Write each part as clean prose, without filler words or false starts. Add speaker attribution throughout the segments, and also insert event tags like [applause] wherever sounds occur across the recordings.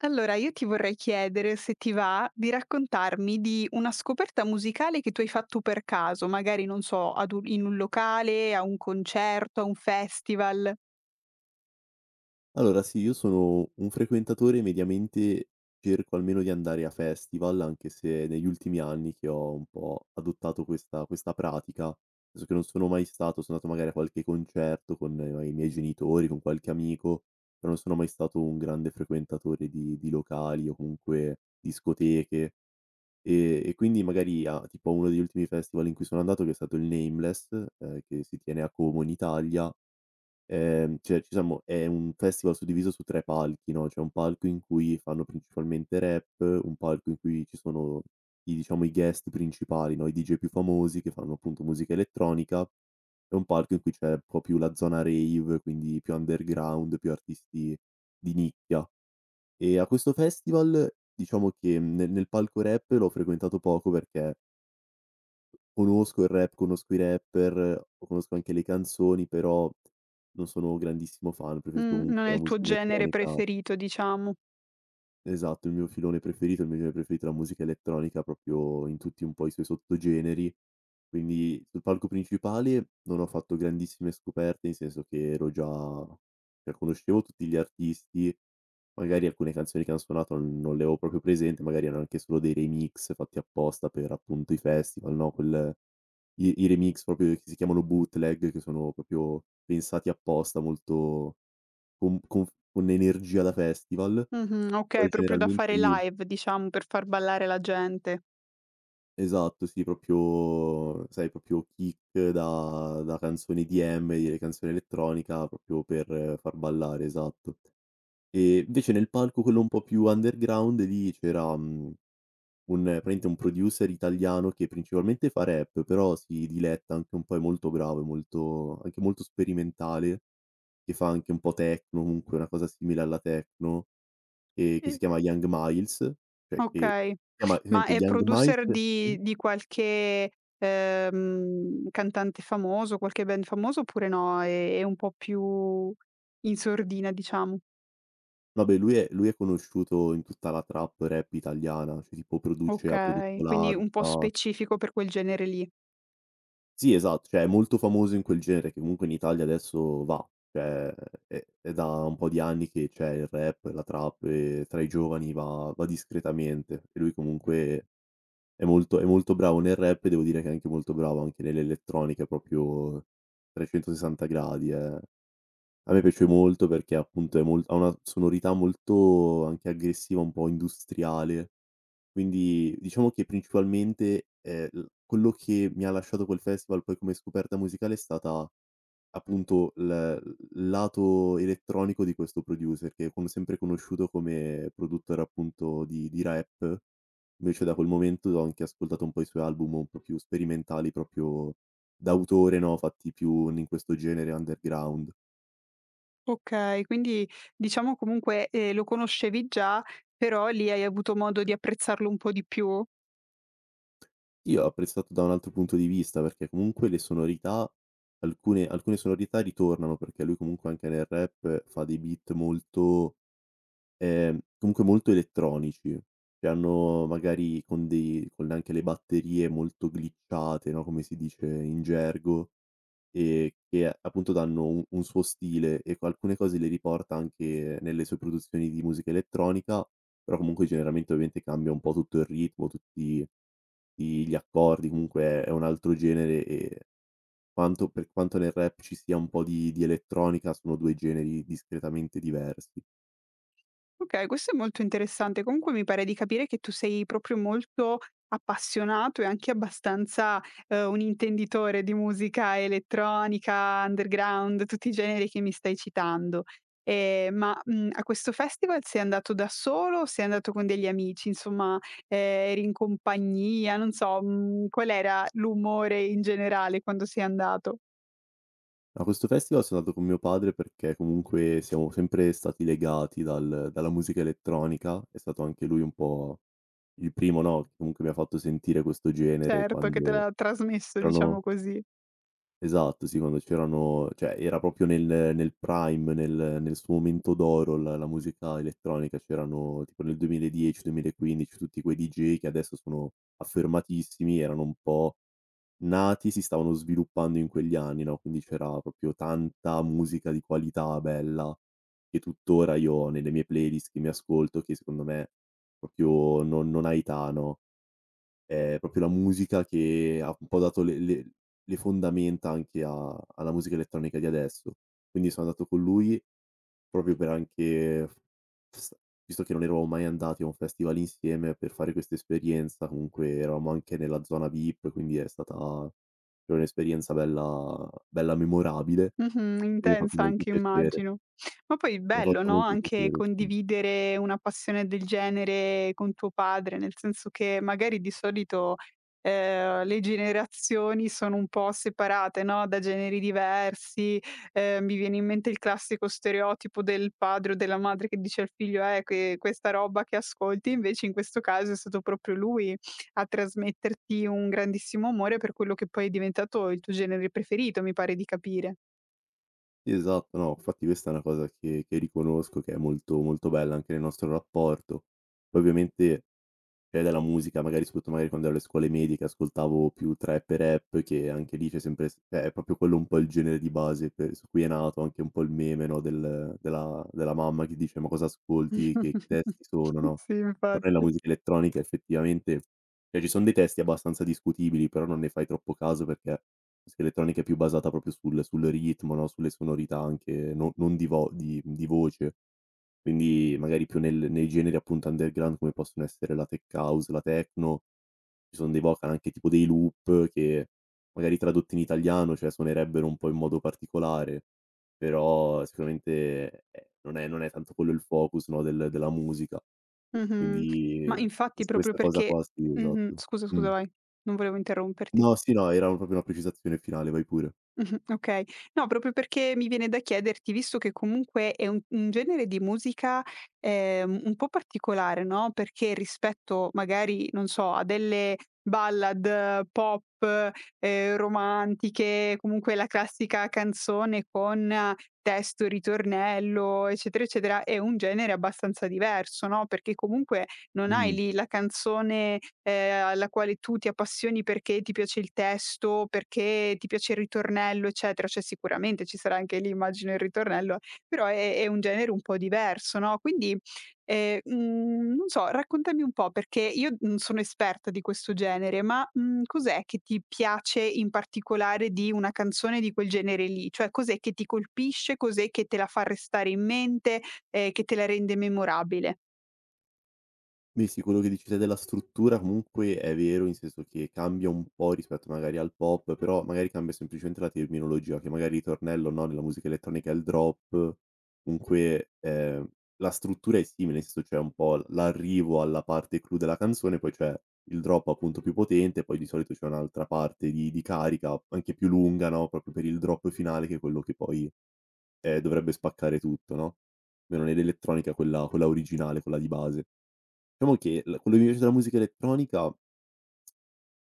Speaker 1: Allora, io ti vorrei chiedere, se ti va, di raccontarmi di una scoperta musicale che tu hai fatto per caso, magari, non so, ad un in un locale, a un concerto, a un festival.
Speaker 2: Allora sì, io sono un frequentatore, mediamente cerco almeno di andare a festival, anche se negli ultimi anni che ho un po' adottato questa pratica, nel senso che non sono mai stato, sono andato magari a qualche concerto con i miei genitori, con qualche amico, però non sono mai stato un grande frequentatore di locali o comunque discoteche. E quindi magari a tipo a uno degli ultimi festival in cui sono andato, che è stato il Nameless, che si tiene a Como in Italia. Cioè diciamo è un festival suddiviso su 3 palchi, no, c'è un palco in cui fanno principalmente rap, un palco in cui ci sono i, diciamo, i guest principali, no, i DJ più famosi che fanno appunto musica elettronica, e un palco in cui c'è un po' più la zona rave, quindi più underground, più artisti di nicchia. E a questo festival diciamo che, nel palco rap l'ho frequentato poco perché conosco il rap, conosco i rapper, conosco anche le canzoni, però non sono grandissimo fan, preferisco
Speaker 1: Non
Speaker 2: comunque
Speaker 1: è
Speaker 2: la
Speaker 1: il tuo
Speaker 2: musica
Speaker 1: genere
Speaker 2: elettronica.
Speaker 1: preferito, diciamo.
Speaker 2: Esatto, il mio genere preferito è la musica elettronica, proprio in tutti un po' i suoi sottogeneri. Quindi sul palco principale non ho fatto grandissime scoperte, nel senso che ero già cioè conoscevo tutti gli artisti, magari alcune canzoni che han suonato non le avevo proprio presente, magari erano anche solo dei remix fatti apposta per appunto i festival, no, quel i remix proprio che si chiamano bootleg, che sono proprio pensati apposta, molto con energia da festival.
Speaker 1: Mh-mh,
Speaker 2: Però
Speaker 1: okay, proprio da
Speaker 2: generalmente
Speaker 1: fare
Speaker 2: lì,
Speaker 1: live, diciamo, per far ballare la gente.
Speaker 2: esatto, sì, proprio sai, proprio kick da canzone EDM, dire canzone elettronica, proprio per far ballare, esatto. E invece nel palco quello un po' più underground lì c'era, un praticamente un producer italiano che principalmente fa rap, però si diletta anche un po', è molto bravo, è molto anche molto sperimentale, che fa anche un po' techno, comunque una cosa simile alla techno. Che si
Speaker 1: Sì.
Speaker 2: chiama Young Miles, cioè, che
Speaker 1: Okay.
Speaker 2: si chiama,
Speaker 1: Ma
Speaker 2: presente
Speaker 1: è
Speaker 2: Young Miles?
Speaker 1: producer
Speaker 2: Mh.
Speaker 1: di qualche, cantante famoso, qualche band famoso oppure no? È un po' più in sordina diciamo.
Speaker 2: Vabbè, lui è conosciuto in tutta la trap rap italiana, cioè tipo produce, ha prodotto
Speaker 1: Okay, quindi un po'
Speaker 2: Lazza.
Speaker 1: specifico per quel genere lì.
Speaker 2: Sì, esatto, cioè è molto famoso in quel genere che comunque in Italia adesso va, cioè è da un po' di anni che c'è il rap, la trap e tra i giovani va discretamente e lui comunque è molto bravo nel rap e devo dire che è anche molto bravo anche nell'elettronica, proprio 360 gradi, eh. A me piace molto perché appunto è mol ha una sonorità molto anche aggressiva, un po' industriale, quindi diciamo che principalmente, l quello che mi ha lasciato quel festival poi come scoperta musicale è stata appunto l il lato elettronico di questo producer che con sempre conosciuto come produttore appunto di rap, invece da quel momento ho anche ascoltato un po' i suoi album un po' più sperimentali, proprio d'autore, no, fatti più in questo genere underground.
Speaker 1: Okay, quindi diciamo comunque, lo conoscevi già, però lì hai avuto modo di apprezzarlo un po' di più?
Speaker 2: Io ho apprezzato da un altro punto di vista, perché comunque le sonorità, alcune sonorità ritornano, perché lui comunque anche nel rap fa dei beat molto, comunque molto elettronici, che hanno magari con anche le batterie molto glitchate, no, come si dice in gergo, che appunto danno un suo stile, e co alcune cose le riporta anche nelle sue produzioni di musica elettronica, però comunque generalmente ovviamente cambia un po' tutto il ritmo, tutti i gli accordi, comunque è un altro genere e quanto per quanto nel rap ci sia un po' di elettronica, sono 2 generi discretamente diversi.
Speaker 1: Okay, questo è molto interessante. Comunque mi pare di capire che tu sei proprio molto appassionato e anche abbastanza, un intenditore di musica elettronica, underground, tutti i generi che mi stai citando. A questo festival sei andato da solo o sei andato con degli amici? Insomma, ehm, eri in compagnia, non so, mhmm, qual era l'umore in generale quando sei andato?
Speaker 2: A questo festival sono andato con mio padre perché comunque siamo sempre stati legati dalla musica elettronica, è stato anche lui un po' il primo, no, che comunque mi ha fatto sentire questo genere
Speaker 1: Certo, che te
Speaker 2: quando
Speaker 1: l'ha trasmesso, diciamo
Speaker 2: erano...
Speaker 1: così.
Speaker 2: Esatto, sì, quando c'erano, cioè era proprio nel prime, nel suo momento d'oro la musica elettronica, c'erano tipo nel 2010, 2015 tutti quei DJ che adesso sono affermatissimi, erano un po' nati, si stavano sviluppando in quegli anni, no, quindi c'era proprio tanta musica di qualità bella, che tuttora io ho nelle mie playlist che mi ascolto, che secondo me proprio non ha età, no? È proprio la musica che ha un po' dato le fondamenta anche a alla musica elettronica di adesso. Quindi sono andato con lui proprio per anche f s visto che non eravamo mai andati a un festival insieme, per fare questa esperienza, comunque eravamo anche nella zona VIP, quindi è stata proprio un'esperienza bella bella memorabile e
Speaker 1: Mh-mh,
Speaker 2: mi ha fatto
Speaker 1: intensa
Speaker 2: molto
Speaker 1: anche
Speaker 2: piacere.
Speaker 1: immagino. Ma poi
Speaker 2: Mi ha
Speaker 1: bello,
Speaker 2: fatto
Speaker 1: no,
Speaker 2: molto
Speaker 1: anche
Speaker 2: piacere, sì.
Speaker 1: condividere una passione del genere con tuo padre, nel senso che magari di solito, le generazioni sono un po' separate, no, da generi diversi. Mi viene in mente il classico stereotipo del padre o della madre che dice al figlio: questa roba che ascolti." Invece in questo caso è stato proprio lui a trasmetterti un grandissimo amore per quello che poi è diventato il tuo genere preferito, mi pare di capire.
Speaker 2: Esatto, no, infatti questa è una cosa che riconosco che è molto, molto bella anche nel nostro rapporto. Poi ovviamente, cioè, della musica, magari soprattutto magari quando ero alle scuole medie che ascoltavo più trap e rap, che anche lì c'è sempre s cioè è proprio quello un po' il genere di base per su cui è nato anche un po' il meme, no, della mamma che dice: "Ma cosa ascolti? Che
Speaker 1: [laughs]
Speaker 2: testi sono?" No?
Speaker 1: Sì,
Speaker 2: Però nella
Speaker 1: infatti.
Speaker 2: musica elettronica effettivamente, cioè, ci son dei testi abbastanza discutibili, però non ne fai troppo caso perché la musica elettronica è più basata proprio sul ritmo, no, sulle sonorità anche, no, non di vo di voce. Quindi magari più nel nei generi appunto underground come possono essere la tech house, la techno, ci son dei vocal anche tipo dei loop che magari tradotti in italiano, cioè suonerebbero un po' in modo particolare, però sicuramente, non è tanto quello il focus, no, della musica.
Speaker 1: Mh-mh.
Speaker 2: Quindi
Speaker 1: Ma infatti
Speaker 2: quest
Speaker 1: proprio
Speaker 2: questa cosa
Speaker 1: perché
Speaker 2: qua sì,
Speaker 1: mh-mh,
Speaker 2: esatto.
Speaker 1: scusa,
Speaker 2: Mh.
Speaker 1: scusa, vai. Non volevo interromperti.
Speaker 2: No, sì, no, era proprio una precisazione finale, vai pure.
Speaker 1: Mh-mh, okay. No, proprio perché mi viene da chiederti, visto che comunque è un genere di musica, un po' particolare, no, perché rispetto magari, non so, a delle ballad pop, romantiche, comunque la classica canzone con testo, ritornello, eccetera, eccetera, è un genere abbastanza diverso, no, perché comunque non hai
Speaker 2: Mh-mh.
Speaker 1: lì la canzone, alla quale tu ti appassioni perché ti piace il testo, perché ti piace il ritornello, eccetera. Cioè sicuramente ci sarà anche lì immagino il ritornello, però è un genere un po' diverso, no, quindi, non so, raccontami un po' perché io non sono esperta di questo genere, ma, mhmm, cos'è che ti piace in particolare di una canzone di quel genere lì? Cioè cos'è che ti colpisce, cos'è che te la fa restare in mente, che te la rende memorabile?
Speaker 2: Beh sì, quello che dici te della struttura comunque è vero, in senso che cambia un po' rispetto magari al pop, però magari cambia semplicemente la terminologia, che magari il ritornello, no, nella musica elettronica è il drop, comunque, la struttura è simile, nel senso c'è un po' l'arrivo alla parte clou della canzone, poi c'è il drop appunto più potente, poi di solito c'è un'altra parte di carica, anche più lunga, no, proprio per il drop finale che è quello che poi, dovrebbe spaccare tutto, no, almeno nell'elettronica quella originale, quella di base. Diciamo che l quello che mi piace della musica elettronica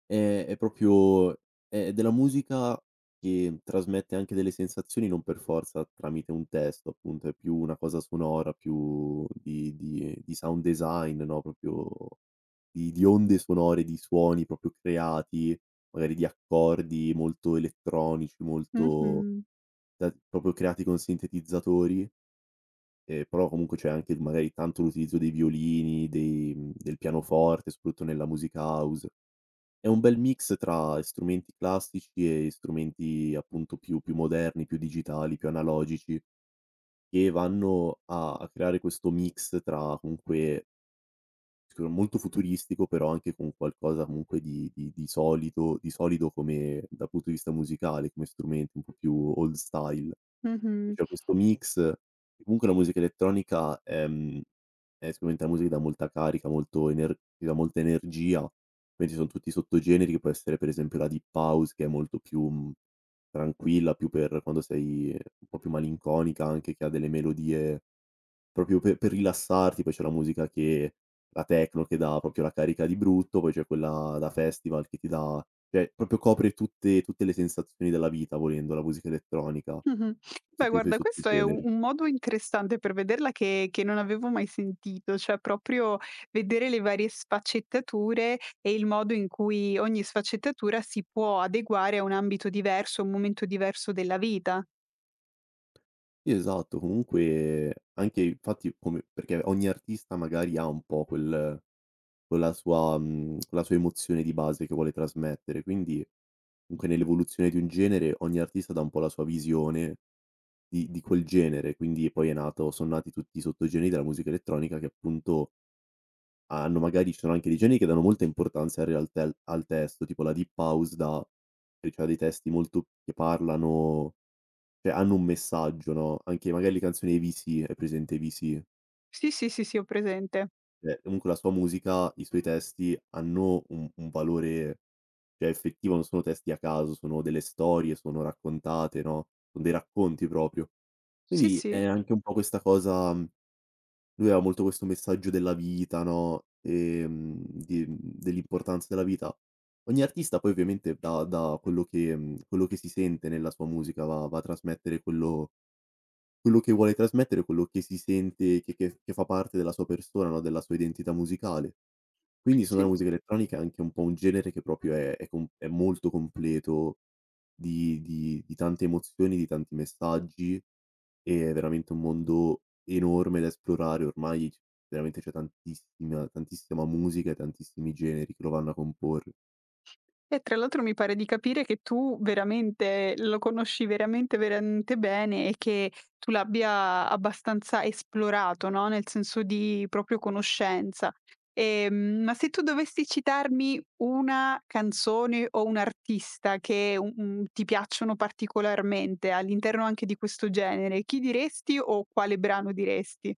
Speaker 2: è proprio è della musica che trasmette anche delle sensazioni, non per forza tramite un testo appunto, è più una cosa sonora, più di sound design, no, proprio di onde sonore, di suoni proprio creati, magari di accordi molto elettronici, molto
Speaker 1: Mh-mh.
Speaker 2: da proprio creati con sintetizzatori. Però comunque c'è anche il magari tanto l'utilizzo dei violini, del pianoforte, soprattutto nella music house. È un bel mix tra strumenti classici e strumenti appunto più moderni, più digitali, più analogici, che vanno a creare questo mix tra comunque [unintelligible] sicuro molto futuristico, però anche con qualcosa comunque di solido di solido come dal punto di vista musicale, come strumenti un po' più old style.
Speaker 1: Mh-mh,
Speaker 2: C'è questo mix che comunque la musica elettronica, è sicuramente una musica che dà molta carica, molto ener ti dà molta energia, poi ci sono tutti i sottogeneri che può essere per esempio la deep house che è molto più, tranquilla, più per quando sei un po' più malinconica anche, che ha delle melodie proprio pe per rilassarti, poi c'è la techno che dà proprio la carica di brutto, poi c'è quella da festival che ti dà, cioè, proprio copre tutte le sensazioni della vita volendo la musica elettronica.
Speaker 1: mh-mh. Beh
Speaker 2: Tutti i suoi
Speaker 1: guarda questo è un
Speaker 2: sottogeneri.
Speaker 1: un modo interessante per vederla che non avevo mai sentito, cioè proprio vedere le varie sfaccettature e il modo in cui ogni sfaccettatura si può adeguare a un ambito diverso, a un momento diverso della vita.
Speaker 2: Sì, esatto, comunque anche infatti come perché ogni artista magari ha un po' quel, quella sua emozione di base che vuole trasmettere, quindi comunque nell'evoluzione di un genere ogni artista dà un po' la sua visione di quel genere, quindi poi è nato son nati tutti i sottogeneri della musica elettronica che appunto hanno magari, ci sono anche dei generi che danno molta importanza in realtà al testo, tipo la deep house dà cioè ha dei testi molto che parlano, cioè hanno un messaggio, no, anche magari le canzoni dei Avicii, hai presente Avicii?
Speaker 1: Sì, sì, sì, sì, ho presente.
Speaker 2: Cioè comunque la sua musica, i suoi testi hanno un valore, cioè effettivo, non sono testi a caso, sono delle storie, sono raccontate, no, son dei racconti proprio.
Speaker 1: Sì,
Speaker 2: Quindi
Speaker 1: sì.
Speaker 2: è anche un po' questa cosa, lui aveva molto questo messaggio della vita, no, di dell'importanza della vita. Ogni artista poi ovviamente da quello che, quello che si sente nella sua musica va a trasmettere quello. Quello che vuole trasmettere, quello che si sente che fa parte della sua persona, no, della sua identità musicale. Quindi secondo me
Speaker 1: Sì.
Speaker 2: la musica elettronica è anche un po' un genere che proprio è molto completo di tante emozioni, di tanti messaggi, e è veramente un mondo enorme da esplorare. Ormai c veramente c'è tantissima tantissima musica e tantissimi generi che lo vanno a comporre.
Speaker 1: E tra l'altro mi pare di capire che tu veramente lo conosci veramente, veramente bene e che tu l'abbia abbastanza esplorato, no, nel senso di proprio conoscenza. Ma se tu dovessi citarmi una canzone o un artista che, ti piacciono particolarmente all'interno anche di questo genere, chi diresti o quale brano diresti?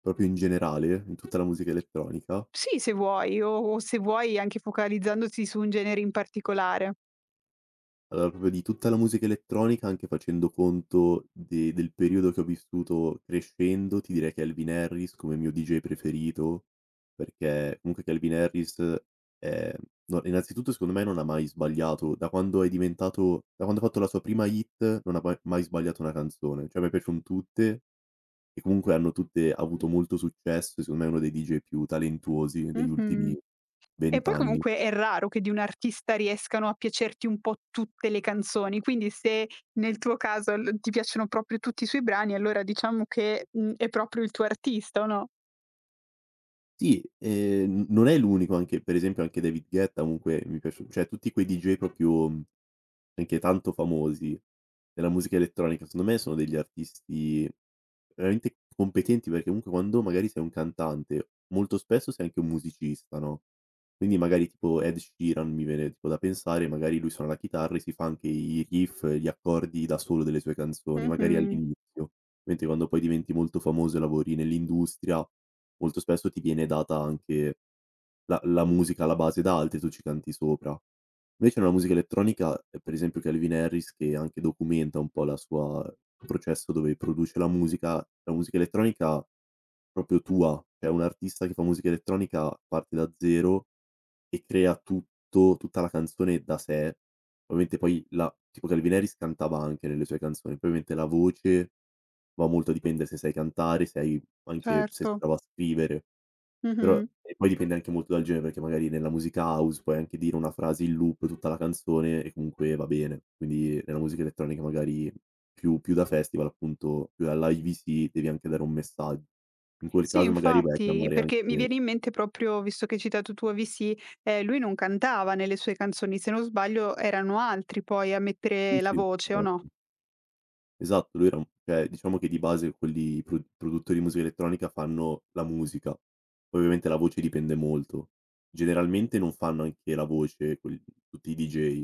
Speaker 2: Proprio in generale, in tutta la musica elettronica.
Speaker 1: Sì, se vuoi o se vuoi anche focalizzandosi su un genere in particolare.
Speaker 2: Allora, proprio di tutta la musica elettronica, anche facendo conto de del periodo che ho vissuto crescendo, ti direi Calvin Harris come mio DJ preferito, perché comunque Calvin Harris, ehm, no, innanzitutto secondo me non ha mai sbagliato. Da quando ha fatto la sua prima hit non ha mai mai sbagliato una canzone. Cioè mi piacciono tutte e comunque hanno tutte avuto molto successo e secondo me è uno dei DJ più talentuosi degli
Speaker 1: Mh-mh.
Speaker 2: ultimi
Speaker 1: E
Speaker 2: 20
Speaker 1: poi
Speaker 2: anni.
Speaker 1: comunque è raro che di un artista riescano a piacerti un po' tutte le canzoni, quindi se nel tuo caso l ti piacciono proprio tutti i suoi brani, allora diciamo che, mhmm, è proprio il tuo artista, o no?
Speaker 2: Sì, n non è l'unico, anche per esempio anche David Guetta comunque mi piace, cioè tutti quei DJ proprio, anche tanto famosi nella musica elettronica, secondo me sono degli artisti veramente competenti, perché comunque quando magari sei un cantante, molto spesso sei anche un musicista, no, quindi magari tipo Ed Sheeran mi viene tipo da pensare, magari lui suona la chitarra e si fa anche i riff, gli accordi da solo delle sue canzoni, magari
Speaker 1: Mh-mh,
Speaker 2: all'inizio, mentre quando poi diventi molto famoso e lavori nell'industria, molto spesso ti viene data anche la musica alla base da altri, tu ci canti sopra. Invece nella musica elettronica, per esempio Calvin Harris, che anche documenta un po' la sua il processo dove produce la musica elettronica proprio tua, cioè un artista che fa musica elettronica parte da zero e crea tutto tutta la canzone da sé. Ovviamente poi la tipo Calvin Harris cantava anche nelle sue canzoni, poi ovviamente la voce va molto a dipendere se sai cantare, se hai anche se sei
Speaker 1: certo.
Speaker 2: bravo a scrivere. Però
Speaker 1: Mh-mh.
Speaker 2: e poi dipende anche molto dal genere, perché magari nella musica house puoi anche dire una frase in loop tutta la canzone e comunque va bene. Quindi nella musica elettronica magari più da festival, appunto, più alla IVC, devi anche dare un messaggio. In quel
Speaker 1: Sì,
Speaker 2: caso magari vai a
Speaker 1: infatti,
Speaker 2: chiamare
Speaker 1: perché mi
Speaker 2: anche
Speaker 1: viene in mente proprio, visto che hai citato tu Avicii, lui non cantava nelle sue canzoni, se non sbaglio erano altri poi a
Speaker 2: sì,
Speaker 1: mettere la
Speaker 2: sì,
Speaker 1: voce, o
Speaker 2: esatto.
Speaker 1: no?
Speaker 2: Esatto, lui era un cioè diciamo che di base quelli produttori di musica elettronica fanno la musica, poi ovviamente la voce dipende molto. Generalmente non fanno anche la voce quel tutti i DJ,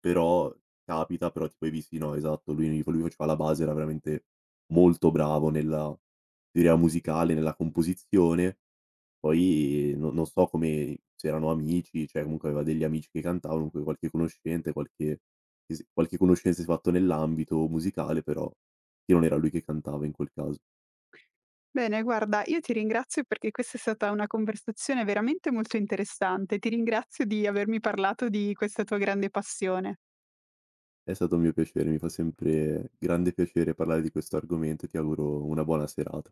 Speaker 2: però capita, però tipo hai visti, no, esatto, lui faceva la base, era veramente molto bravo nella teoria musicale, nella composizione, poi, no, non so come, se erano amici, cioè comunque aveva degli amici che cantavano, comunque qualche conoscente, qualche conoscenza si è fatto nell'ambito musicale, però che non era lui che cantava in quel caso.
Speaker 1: Bene, guarda, io ti ringrazio perché questa è stata una conversazione veramente molto interessante. Ti ringrazio di avermi parlato di questa tua grande passione.
Speaker 2: È stato un mio piacere, mi fa sempre grande piacere parlare di questo argomento e ti auguro una buona serata.